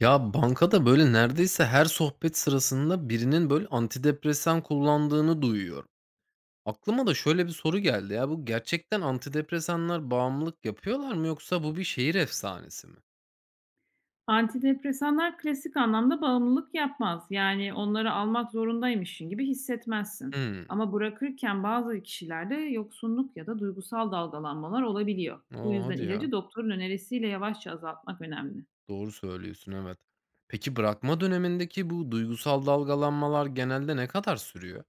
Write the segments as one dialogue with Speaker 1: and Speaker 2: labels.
Speaker 1: Ya, bankada, böyle, neredeyse her sohbet sırasında birinin, böyle, antidepresan kullandığını duyuyorum. Aklıma da şöyle bir soru geldi ya, bu gerçekten antidepresanlar bağımlılık yapıyorlar mı yoksa bu bir şehir efsanesi mi?
Speaker 2: Antidepresanlar klasik anlamda bağımlılık yapmaz. Yani onları almak zorundaymışsın gibi hissetmezsin.
Speaker 1: Hımm.
Speaker 2: Ama bırakırken bazı kişilerde yoksunluk ya da duygusal dalgalanmalar olabiliyor.
Speaker 1: A,
Speaker 2: Bu yüzden
Speaker 1: hadi ya.
Speaker 2: ilacı doktorun önerisiyle yavaşça azaltmak önemli.
Speaker 1: Doğru söylüyorsun, evet. Peki bırakma dönemindeki bu duygusal dalgalanmalar genelde ne kadar sürüyor?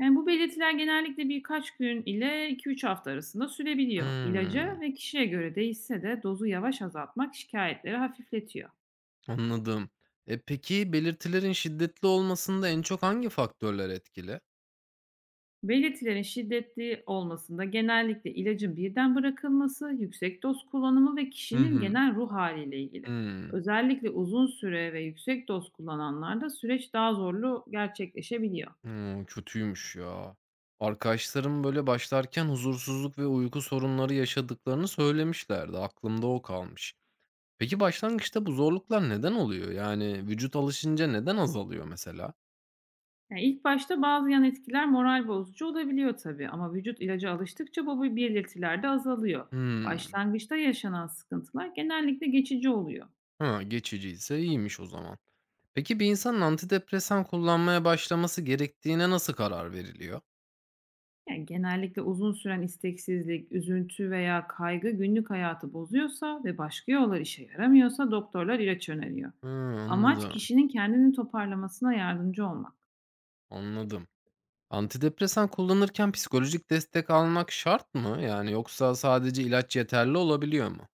Speaker 2: Yani bu belirtiler genellikle birkaç gün ile iki üç hafta arasında sürebiliyor.
Speaker 1: Hımm.
Speaker 2: İlaca ve kişiye göre değişse de dozu yavaş azaltmak şikayetleri hafifletiyor.
Speaker 1: Anladım. Peki belirtilerin şiddetli olmasında en çok hangi faktörler etkili?
Speaker 2: Belirtilerin şiddetli olmasında genellikle ilacın birden bırakılması, yüksek doz kullanımı ve
Speaker 1: Hı
Speaker 2: kişinin
Speaker 1: hı.
Speaker 2: genel ruh haliyle ilgili.
Speaker 1: Hımm.
Speaker 2: Özellikle uzun süre ve yüksek doz kullananlarda süreç daha zorlu gerçekleşebiliyor.
Speaker 1: Hımm, kötüymüş ya. Arkadaşlarım böyle başlarken huzursuzluk ve uyku sorunları yaşadıklarını söylemişlerdi. Aklımda o kalmış. Peki başlangıçta bu zorluklar neden oluyor? Yani vücut alışınca neden azalıyor mesela?
Speaker 2: Yani ilk başta bazı yan etkiler moral bozucu olabiliyor tabii ama vücut ilaca alıştıkça bu belirtiler de azalıyor.
Speaker 1: Hımm.
Speaker 2: Başlangıçta yaşanan sıkıntılar genellikle geçici oluyor.
Speaker 1: Ha, geçiciyse iyiymiş o zaman. Peki bir insanın antidepresan kullanmaya başlaması gerektiğine nasıl karar veriliyor?
Speaker 2: Ya, genellikle uzun süren isteksizlik, üzüntü veya kaygı günlük hayatı bozuyorsa ve başka yollar işe yaramıyorsa doktorlar ilaç öneriyor.
Speaker 1: Hıı,
Speaker 2: Amaç
Speaker 1: anladım,
Speaker 2: kişinin kendini toparlamasına yardımcı olmak.
Speaker 1: anladım. Antidepresan kullanırken psikolojik destek almak şart mı? Yani yoksa sadece ilaç yeterli olabiliyor mu?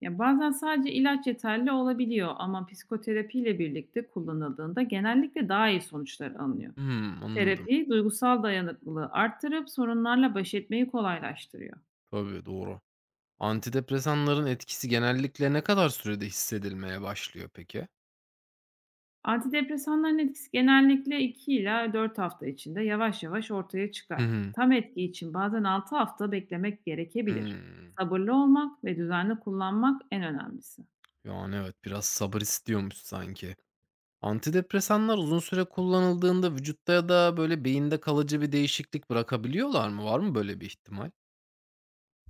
Speaker 2: Ya, bazen sadece ilaç yeterli olabiliyor ama psikoterapiyle birlikte kullanıldığında genellikle daha iyi sonuçlar alınıyor.
Speaker 1: Hımm, anladım.
Speaker 2: Terapi duygusal dayanıklılığı arttırıp sorunlarla baş etmeyi kolaylaştırıyor.
Speaker 1: Tabii, doğru. Antidepresanların etkisi genellikle ne kadar sürede hissedilmeye başlıyor peki?
Speaker 2: Antidepresanların etkisi genellikle 2 ila 4 hafta içinde yavaş yavaş ortaya
Speaker 1: Hı
Speaker 2: çıkar.
Speaker 1: hı.
Speaker 2: Tam etki için bazen 6 hafta beklemek gerekebilir.
Speaker 1: Hımm.
Speaker 2: Sabırlı olmak ve düzenli kullanmak en önemlisi.
Speaker 1: Yani, evet, biraz sabır istiyormuş sanki. Antidepresanlar uzun süre kullanıldığında vücutta ya da, böyle, beyinde kalıcı bir değişiklik bırakabiliyorlar mı? Var mı böyle bir ihtimal?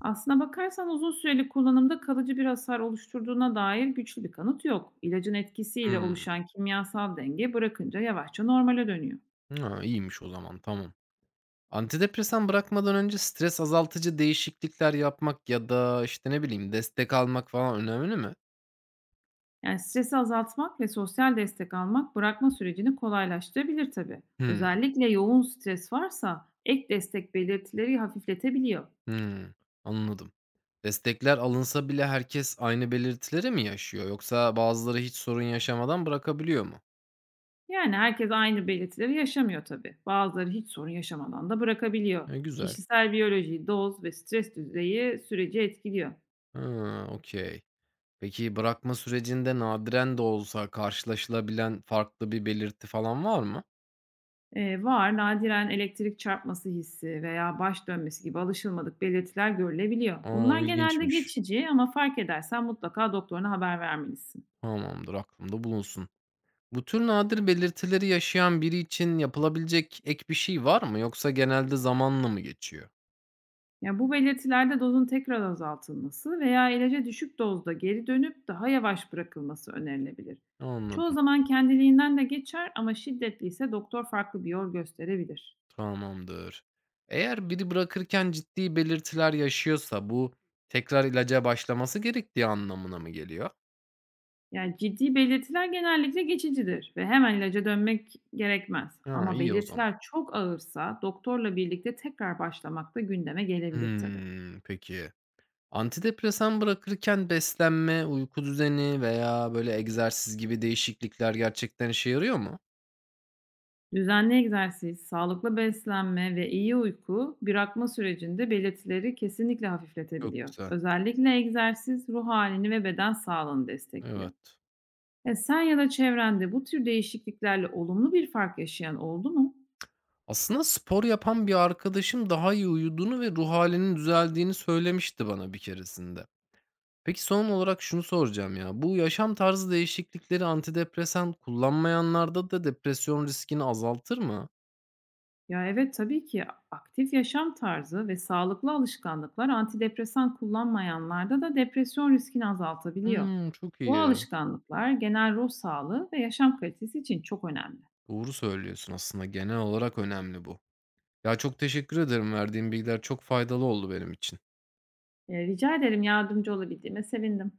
Speaker 2: Aslına bakarsan uzun süreli kullanımda kalıcı bir hasar oluşturduğuna dair güçlü bir kanıt yok. İlacın etkisiyle
Speaker 1: Hımm.
Speaker 2: oluşan kimyasal denge bırakınca yavaşça normale dönüyor.
Speaker 1: Ha, iyiymiş o zaman, tamam. Antidepresan bırakmadan önce stres azaltıcı değişiklikler yapmak ya da, işte, ne bileyim, destek almak falan önemli mi?
Speaker 2: Yani stresi azaltmak ve sosyal destek almak bırakma sürecini kolaylaştırabilir tabii.
Speaker 1: Hımm.
Speaker 2: Özellikle yoğun stres varsa ek destek belirtileri hafifletebiliyor.
Speaker 1: Hımm. Anladım. Destekler alınsa bile herkes aynı belirtileri mi yaşıyor yoksa bazıları hiç sorun yaşamadan bırakabiliyor mu?
Speaker 2: Yani herkes aynı belirtileri yaşamıyor tabii. Bazıları hiç sorun yaşamadan da bırakabiliyor.
Speaker 1: E, güzel.
Speaker 2: Kişisel biyoloji, doz ve stres düzeyi süreci etkiliyor.
Speaker 1: Ha, okey. Peki bırakma sürecinde nadiren de olsa karşılaşılabilen farklı bir belirti falan var mı?
Speaker 2: Var, nadiren elektrik çarpması hissi veya baş dönmesi gibi alışılmadık belirtiler görülebiliyor.
Speaker 1: Aa,
Speaker 2: Bunlar genelde
Speaker 1: ilginçmiş.
Speaker 2: geçici ama fark edersen mutlaka doktoruna haber vermelisin.
Speaker 1: Tamamdır, aklımda bulunsun. Bu tür nadir belirtileri yaşayan biri için yapılabilecek ek bir şey var mı yoksa genelde zamanla mı geçiyor?
Speaker 2: Yani bu belirtilerde dozun tekrar azaltılması veya ilaca düşük dozda geri dönüp daha yavaş bırakılması önerilebilir. Çoğu
Speaker 1: Anladım.
Speaker 2: zaman kendiliğinden de geçer ama şiddetliyse doktor farklı bir yol gösterebilir.
Speaker 1: Tamamdır. Eğer biri bırakırken ciddi belirtiler yaşıyorsa bu tekrar ilaca başlaması gerektiği anlamına mı geliyor?
Speaker 2: Yani ciddi belirtiler genellikle geçicidir ve hemen ilaca dönmek gerekmez.
Speaker 1: Ha,
Speaker 2: Ama
Speaker 1: iyi o zaman.
Speaker 2: belirtiler çok ağırsa doktorla birlikte tekrar başlamak da gündeme gelebilir tabii.
Speaker 1: Hımm, peki. Antidepresan bırakırken beslenme, uyku düzeni veya böyle egzersiz gibi değişiklikler gerçekten işe yarıyor mu?
Speaker 2: Düzenli egzersiz, sağlıklı beslenme ve iyi uyku bırakma sürecinde belirtileri kesinlikle
Speaker 1: Çok
Speaker 2: hafifletebiliyor.
Speaker 1: güzel.
Speaker 2: Özellikle egzersiz ruh halini ve beden sağlığını destekliyor.
Speaker 1: Evet.
Speaker 2: E, sen ya da çevrende bu tür değişikliklerle olumlu bir fark yaşayan oldu mu?
Speaker 1: Aslında spor yapan bir arkadaşım daha iyi uyuduğunu ve ruh halinin düzeldiğini söylemişti bana bir keresinde. Peki son olarak şunu soracağım ya. Bu yaşam tarzı değişiklikleri antidepresan kullanmayanlarda da depresyon riskini azaltır mı?
Speaker 2: Ya, evet, tabii ki aktif yaşam tarzı ve sağlıklı alışkanlıklar antidepresan kullanmayanlarda da depresyon riskini azaltabiliyor.
Speaker 1: Hımm, çok
Speaker 2: Bu
Speaker 1: iyi.
Speaker 2: alışkanlıklar genel ruh sağlığı ve yaşam kalitesi için çok önemli.
Speaker 1: Doğru söylüyorsun aslında genel olarak önemli bu. Ya, çok teşekkür ederim. Verdiğin bilgiler çok faydalı oldu benim için.
Speaker 2: Rica ederim. Yardımcı olabildiğime sevindim.